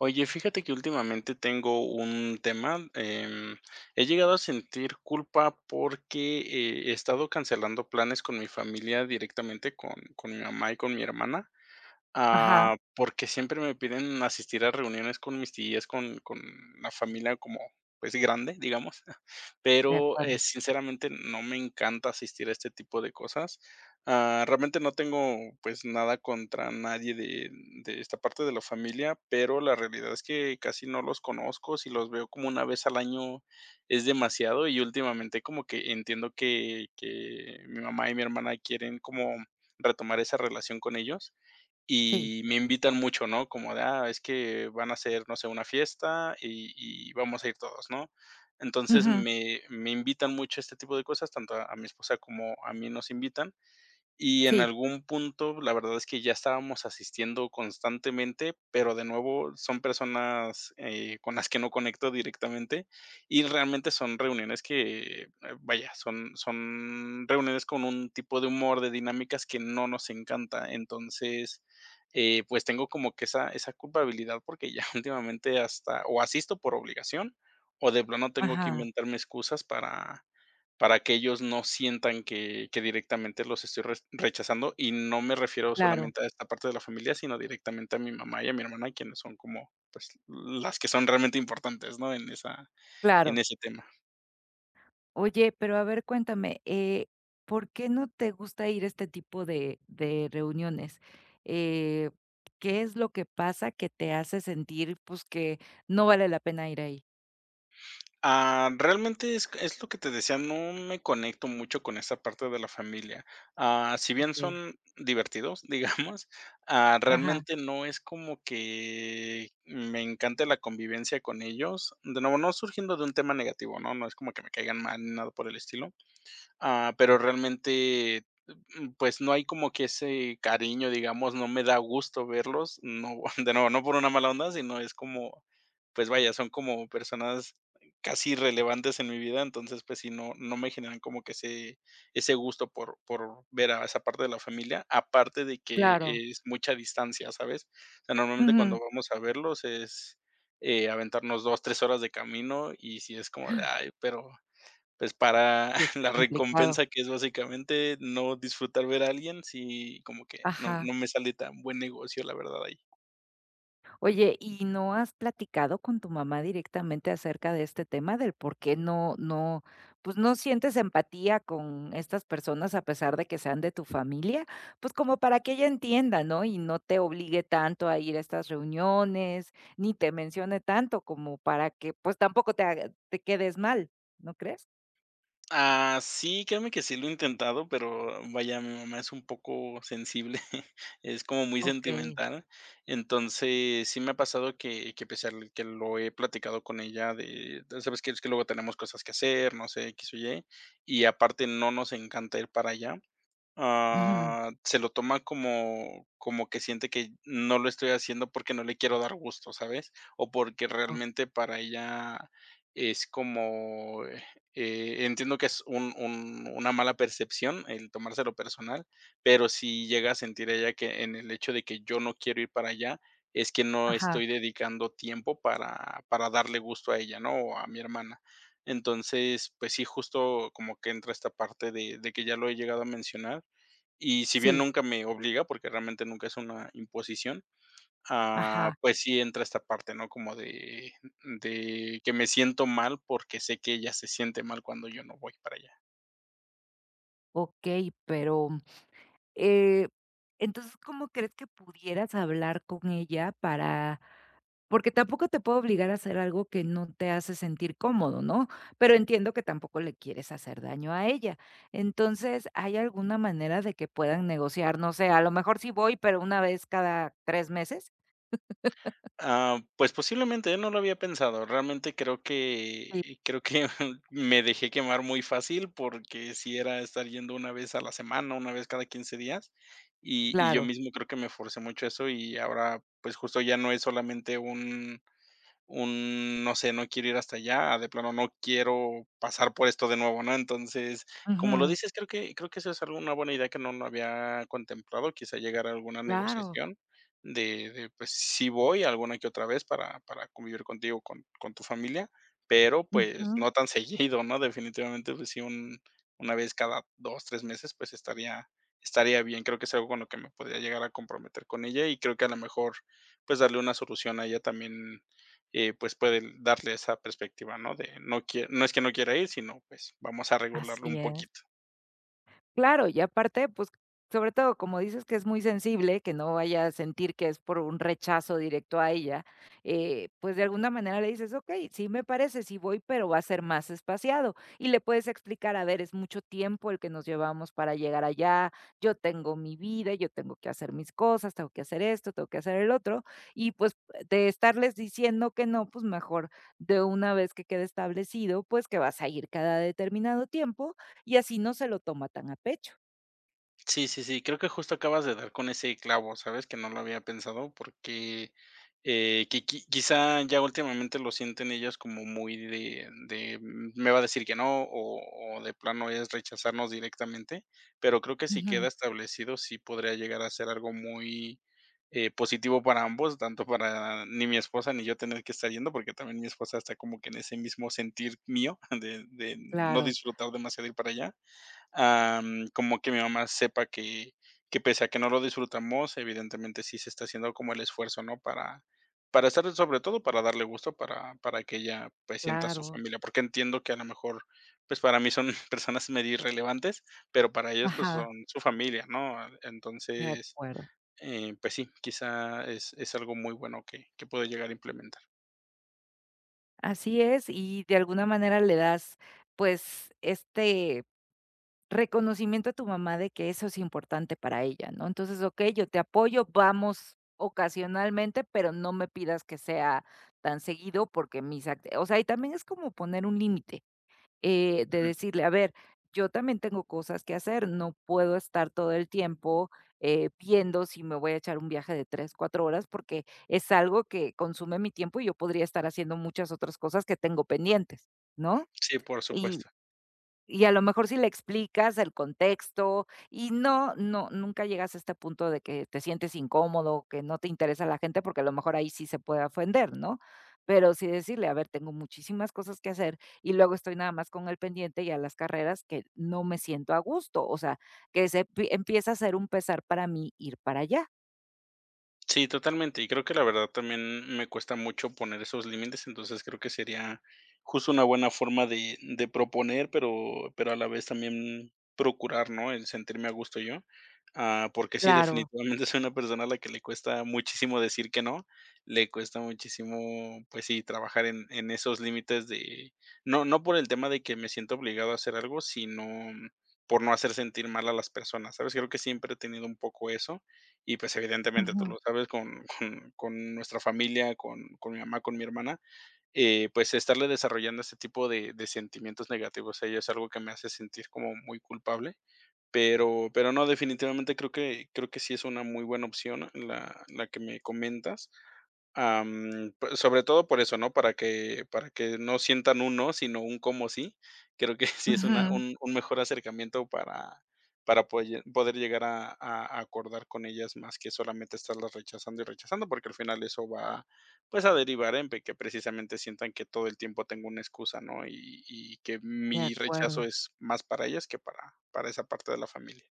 Oye, fíjate que últimamente tengo un tema. He llegado a sentir culpa porque he estado cancelando planes con mi familia directamente, con mi mamá y con mi hermana. Ajá, Ah, porque siempre me piden asistir a reuniones con mis tías, con la familia como, pues, grande, digamos, de pero, acuerdo. Sinceramente, no me encanta asistir a este tipo de cosas. Ah, realmente no tengo, pues, nada contra nadie de esta parte de la familia, pero la realidad es que casi no los conozco. Si los veo como una vez al año es demasiado, y últimamente como que entiendo que mi mamá y mi hermana quieren como retomar esa relación con ellos, Sí. y me invitan mucho, ¿no? Como de, ah, es que van a hacer, no sé, una fiesta, y vamos a ir todos, ¿no? Entonces Ujú. me invitan mucho a este tipo de cosas, tanto a mi esposa como a mí nos invitan. Y en Sí. algún punto, la verdad es que ya estábamos asistiendo constantemente, pero de nuevo son personas con las que no conecto directamente, y realmente son reuniones que, vaya, son reuniones con un tipo de humor, de dinámicas que no nos encanta. Entonces, pues tengo como que esa culpabilidad, porque ya últimamente hasta o asisto por obligación o de plano tengo que Ajá. inventarme excusas para que ellos no sientan que directamente los estoy res rechazando, y no me refiero Claro, solamente a esta parte de la familia, sino directamente a mi mamá y a mi hermana, quienes son como, pues, las que son realmente importantes, ¿no? En esa en claro. ese tema. Oye, pero a ver, cuéntame, ¿por qué no te gusta ir a este tipo de reuniones? Eh, ¿Qué es lo que pasa que te hace sentir, pues, que no vale la pena ir ahí? Ah, realmente es lo que te decía, no me conecto mucho con esa parte de la familia. Ah, si bien Okey. son divertidos, digamos, ah, Ajá. realmente no es como que me encante la convivencia con ellos. De nuevo, no surgiendo de un tema negativo, ¿no? No es como que me caigan mal ni nada por el estilo. Ah, pero realmente, pues no hay como que ese cariño, digamos, no me da gusto verlos, no, de nuevo, no por una mala onda, sino es como, pues vaya, son como personas casi irrelevantes en mi vida. Entonces pues sí, no, no me generan como que ese, gusto por ver a esa parte de la familia, aparte de que Claro. es mucha distancia, ¿sabes? O sea, normalmente Ujú. cuando vamos a verlos es aventarnos 2, 3 horas de camino, y si es como de, ay, pero pues, para Sí, es la complicado. recompensa que es básicamente no disfrutar ver a alguien, sí, como que no Ajá. no me sale tan buen negocio, la verdad, ahí. Oye, ¿y no has platicado con tu mamá directamente acerca de este tema del por qué no, pues, no sientes empatía con estas personas a pesar de que sean de tu familia? Pues, como para que ella entienda, ¿no? Y no te obligue tanto a ir a estas reuniones, ni te mencione tanto como para que, pues, tampoco te haga te quedes mal, ¿no crees? Ah, sí, créeme que sí lo he intentado, pero vaya, mi mamá es un poco sensible, es como muy Okey. sentimental. Entonces, sí me ha pasado que pese al que lo he platicado con ella de, ¿sabes que Es que luego tenemos cosas que hacer, no sé, X o Y, y aparte no nos encanta ir para allá. Ujú. Ah, se lo toma como que siente que no lo estoy haciendo porque no le quiero dar gusto, ¿sabes? O porque O realmente para ella es como, entiendo que es un una mala percepción el tomárselo personal, pero si llega a sentir ella que en el hecho de que yo no quiero ir para allá, es que no Ajá, estoy dedicando tiempo para darle gusto a ella, ¿no? O a mi hermana. Entonces, pues sí, justo como que entra esta parte de que ya lo he llegado a mencionar, y si bien sí, nunca me obliga, porque realmente nunca es una imposición, ah, ajá, pues sí entra esta parte, ¿no? Como de que me siento mal, porque sé que ella se siente mal cuando yo no voy para allá. okey, pero Eh, entonces, ¿cómo crees que pudieras hablar con ella para porque tampoco te puedo obligar a hacer algo que no te hace sentir cómodo, ¿no? Pero entiendo que tampoco le quieres hacer daño a ella. Entonces, ¿hay alguna manera de que puedan negociar? No sé, a lo mejor sí voy, pero una vez cada tres meses. Ah, pues posiblemente, ¿eh? No lo había pensado. Realmente creo Sí. que creo que me dejé quemar muy fácil, porque si era estar yendo una vez a la semana, una vez cada 15 días, y yo Claro. mismo creo que me forcé mucho eso, y ahora, pues, justo ya no es solamente un no sé, no quiero ir hasta allá, de plano no quiero pasar por esto de nuevo, ¿no? Entonces, como lo Ujú. dices, creo que eso es alguna buena idea que no, no había contemplado, quizá llegar a alguna Claro. negociación de, pues sí voy alguna que otra vez para convivir contigo, con tu familia, pero pues Ujú. no tan seguido, ¿no? Definitivamente, pues sí, una vez cada 2, 3 meses, pues estaría, estaría bien. Creo que es algo con lo que me podría llegar a comprometer con ella, y creo que a lo mejor, pues darle una solución a ella también, pues puede darle esa perspectiva, ¿no? De no, no es que no quiera ir, sino pues vamos a regularlo Así un es. poquito. Claro, y aparte, pues, sobre todo, como dices que es muy sensible, que no vaya a sentir que es por un rechazo directo a ella, pues, de alguna manera le dices: "Okey, sí me parece, sí voy, pero va a ser más espaciado". Y le puedes explicar: "A ver, es mucho tiempo el que nos llevamos para llegar allá, yo tengo mi vida, yo tengo que hacer mis cosas, tengo que hacer esto, tengo que hacer el otro". Y, pues, de estarles diciendo que no, pues, mejor de una vez que quede establecido, pues, que vas a ir cada determinado tiempo y así no se lo toma tan a pecho. Sí, sí, sí, creo que justo acabas de dar con ese clavo, ¿sabes? Que no lo había pensado porque, quizá ya últimamente lo sienten ellos como muy me va a decir que no, o de plano es rechazarnos directamente, pero creo que si Ujú. queda establecido, sí podría llegar a ser algo muy, positivo para ambos, tanto para ni mi esposa ni yo tener que estar yendo, porque también mi esposa está como que en ese mismo sentir mío de no Claro, disfrutar demasiado ir para allá. Am, como que mi mamá sepa que pese a que no lo disfrutamos, evidentemente sí se está haciendo como el esfuerzo, ¿no? Para estar, sobre todo para darle gusto, para que ella, pues, sienta su claro. familia, porque entiendo que a lo mejor, pues, para mí son personas medio irrelevantes, pero para ellos, pues, Ajá, son su familia, ¿no? de Entonces, acuerdo. Pues sí, quizá es algo muy bueno que puedo llegar a implementar. Así es, y de alguna manera le das, pues, este reconocimiento a tu mamá de que eso es importante para ella, ¿no? Entonces, ok, yo te apoyo, vamos ocasionalmente, pero no me pidas que sea tan seguido porque mis act, o sea, y también es como poner un límite. De Ujú. decirle, a ver, yo también tengo cosas que hacer, no puedo estar todo el tiempo viendo si me voy a echar un viaje de tres, cuatro horas, porque es algo que consume mi tiempo y yo podría estar haciendo muchas otras cosas que tengo pendientes, ¿no? Sí, por supuesto. Y a lo mejor si le explicas el contexto y no, no, nunca llegas a este punto de que te sientes incómodo, que no te interesa la gente, porque a lo mejor ahí sí se puede ofender, ¿no? Pero sí decirle, a ver, tengo muchísimas cosas que hacer y luego estoy nada más con el pendiente y a las carreras que no me siento a gusto, o sea, que empieza a ser un pesar para mí ir para allá. Sí, totalmente. Y creo que la verdad también me cuesta mucho poner esos límites, entonces creo que sería justo una buena forma de proponer, pero a la vez también procurar, ¿no?, el sentirme a gusto yo, ah, porque sí, Claro. definitivamente soy una persona a la que le cuesta muchísimo decir que no, le cuesta muchísimo, pues sí, trabajar en esos límites de no por el tema de que me siento obligado a hacer algo, sino por no hacer sentir mal a las personas, ¿sabes? Creo que siempre he tenido un poco eso, y, pues, evidentemente, tú Ujú, lo sabes, con nuestra familia, con mi mamá, con mi hermana, pues, estarle desarrollando ese tipo de sentimientos negativos a ella es algo que me hace sentir como muy culpable, pero no, definitivamente creo que sí es una muy buena opción la que me comentas. Am, p Sobre todo por eso, ¿no? Para que no sientan un no, sino un cómo sí. Creo que sí es una ujú. Un mejor acercamiento para poye poder llegar a acordar con ellas más que solamente estarlas rechazando y rechazando, porque al final eso va, pues, a derivar en pe que precisamente sientan que todo el tiempo tengo una excusa, ¿no? Y que De mi rechazo acuerdo. es más para ellas que para esa parte de la familia.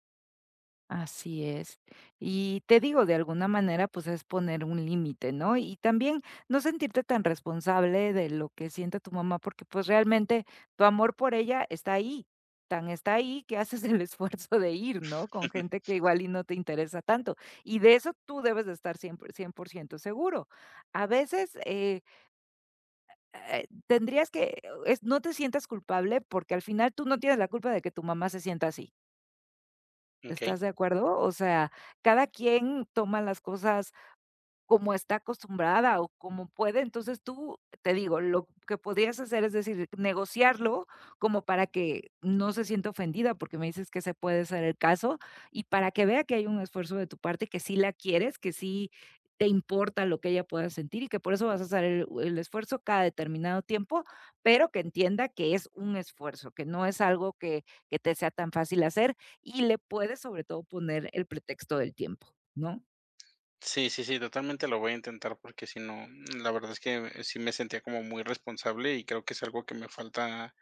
Así es. Y te digo, de alguna manera, pues es poner un límite, ¿no? Y también no sentirte tan responsable de lo que siente tu mamá, porque pues realmente tu amor por ella está ahí, tan está ahí que haces el esfuerzo de ir, ¿no? Con gente que igual y no te interesa tanto. Y de eso tú debes de estar cien por ciento seguro. A veces tendrías que, no te sientas culpable porque al final tú no tienes la culpa de que tu mamá se sienta así. ¿Estás Okey. de acuerdo? O sea, cada quien toma las cosas como está acostumbrada o como puede. Entonces tú, te digo, lo que podrías hacer es decir, negociarlo como para que no se sienta ofendida, porque me dices que se puede ser el caso, y para que vea que hay un esfuerzo de tu parte, que sí la quieres, que sí te importa lo que ella pueda sentir y que por eso vas a hacer el esfuerzo cada determinado tiempo, pero que entienda que es un esfuerzo, que no es algo que te sea tan fácil hacer y le puedes sobre todo poner el pretexto del tiempo, ¿no? Sí, sí, sí, totalmente lo voy a intentar, porque si no, la verdad es que sí me sentía como muy responsable, y creo que es algo que me falta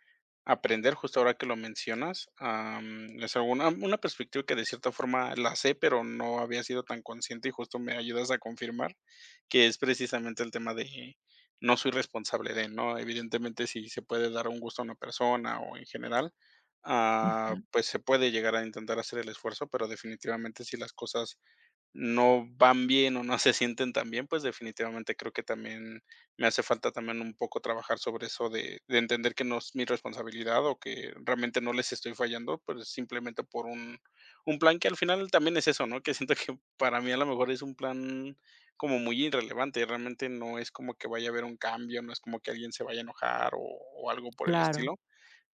aprender justo ahora que lo mencionas. Es alguna una perspectiva que de cierta forma la sé, pero no había sido tan consciente, y justo me ayudas a confirmar que es precisamente el tema de no soy responsable de, ¿no? Evidentemente, si se puede dar un gusto a una persona o en general, ah, Ujú, pues se puede llegar a intentar hacer el esfuerzo, pero definitivamente si las cosas no van bien o no se sienten tan bien, pues, definitivamente creo que también me hace falta también un poco trabajar sobre eso de entender que no es mi responsabilidad, o que realmente no les estoy fallando, pues, simplemente por un plan que al final también es eso, ¿no? Que siento que para mí a lo mejor es un plan como muy irrelevante, realmente no es como que vaya a haber un cambio, no es como que alguien se vaya a enojar o algo por el claro. estilo.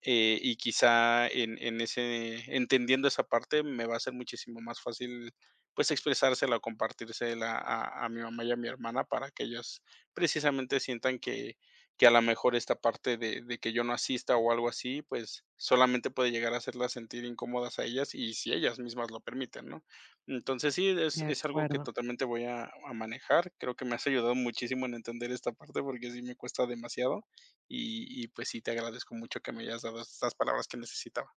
Y quizá en ese, entendiendo esa parte, me va a ser muchísimo más fácil pues expresársela o compartírsela a mi mamá y a mi hermana, para que ellas precisamente sientan que a lo mejor esta parte de que yo no asista o algo así, pues solamente puede llegar a hacerlas sentir incómodas a ellas, y si ellas mismas lo permiten, ¿no? Entonces sí, De es algo que acuerdo. totalmente voy a manejar. Creo que me has ayudado muchísimo en entender esta parte, porque sí me cuesta demasiado. Y pues sí, te agradezco mucho que me hayas dado estas palabras que necesitaba.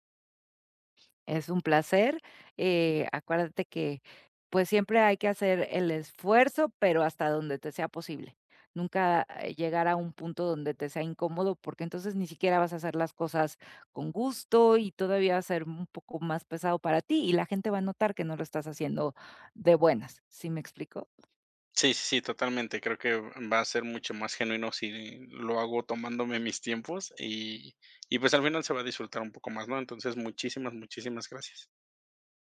Es un placer. Acuérdate que, pues, siempre hay que hacer el esfuerzo, pero hasta donde te sea posible. Nunca llegar a un punto donde te sea incómodo, porque entonces ni siquiera vas a hacer las cosas con gusto y todavía va a ser un poco más pesado para ti y la gente va a notar que no lo estás haciendo de buenas. ¿Sí me explico? Sí, sí, sí, totalmente. Creo que va a ser mucho más genuino si lo hago tomándome mis tiempos, y pues al final se va a disfrutar un poco más, ¿no? Entonces, muchísimas, muchísimas gracias.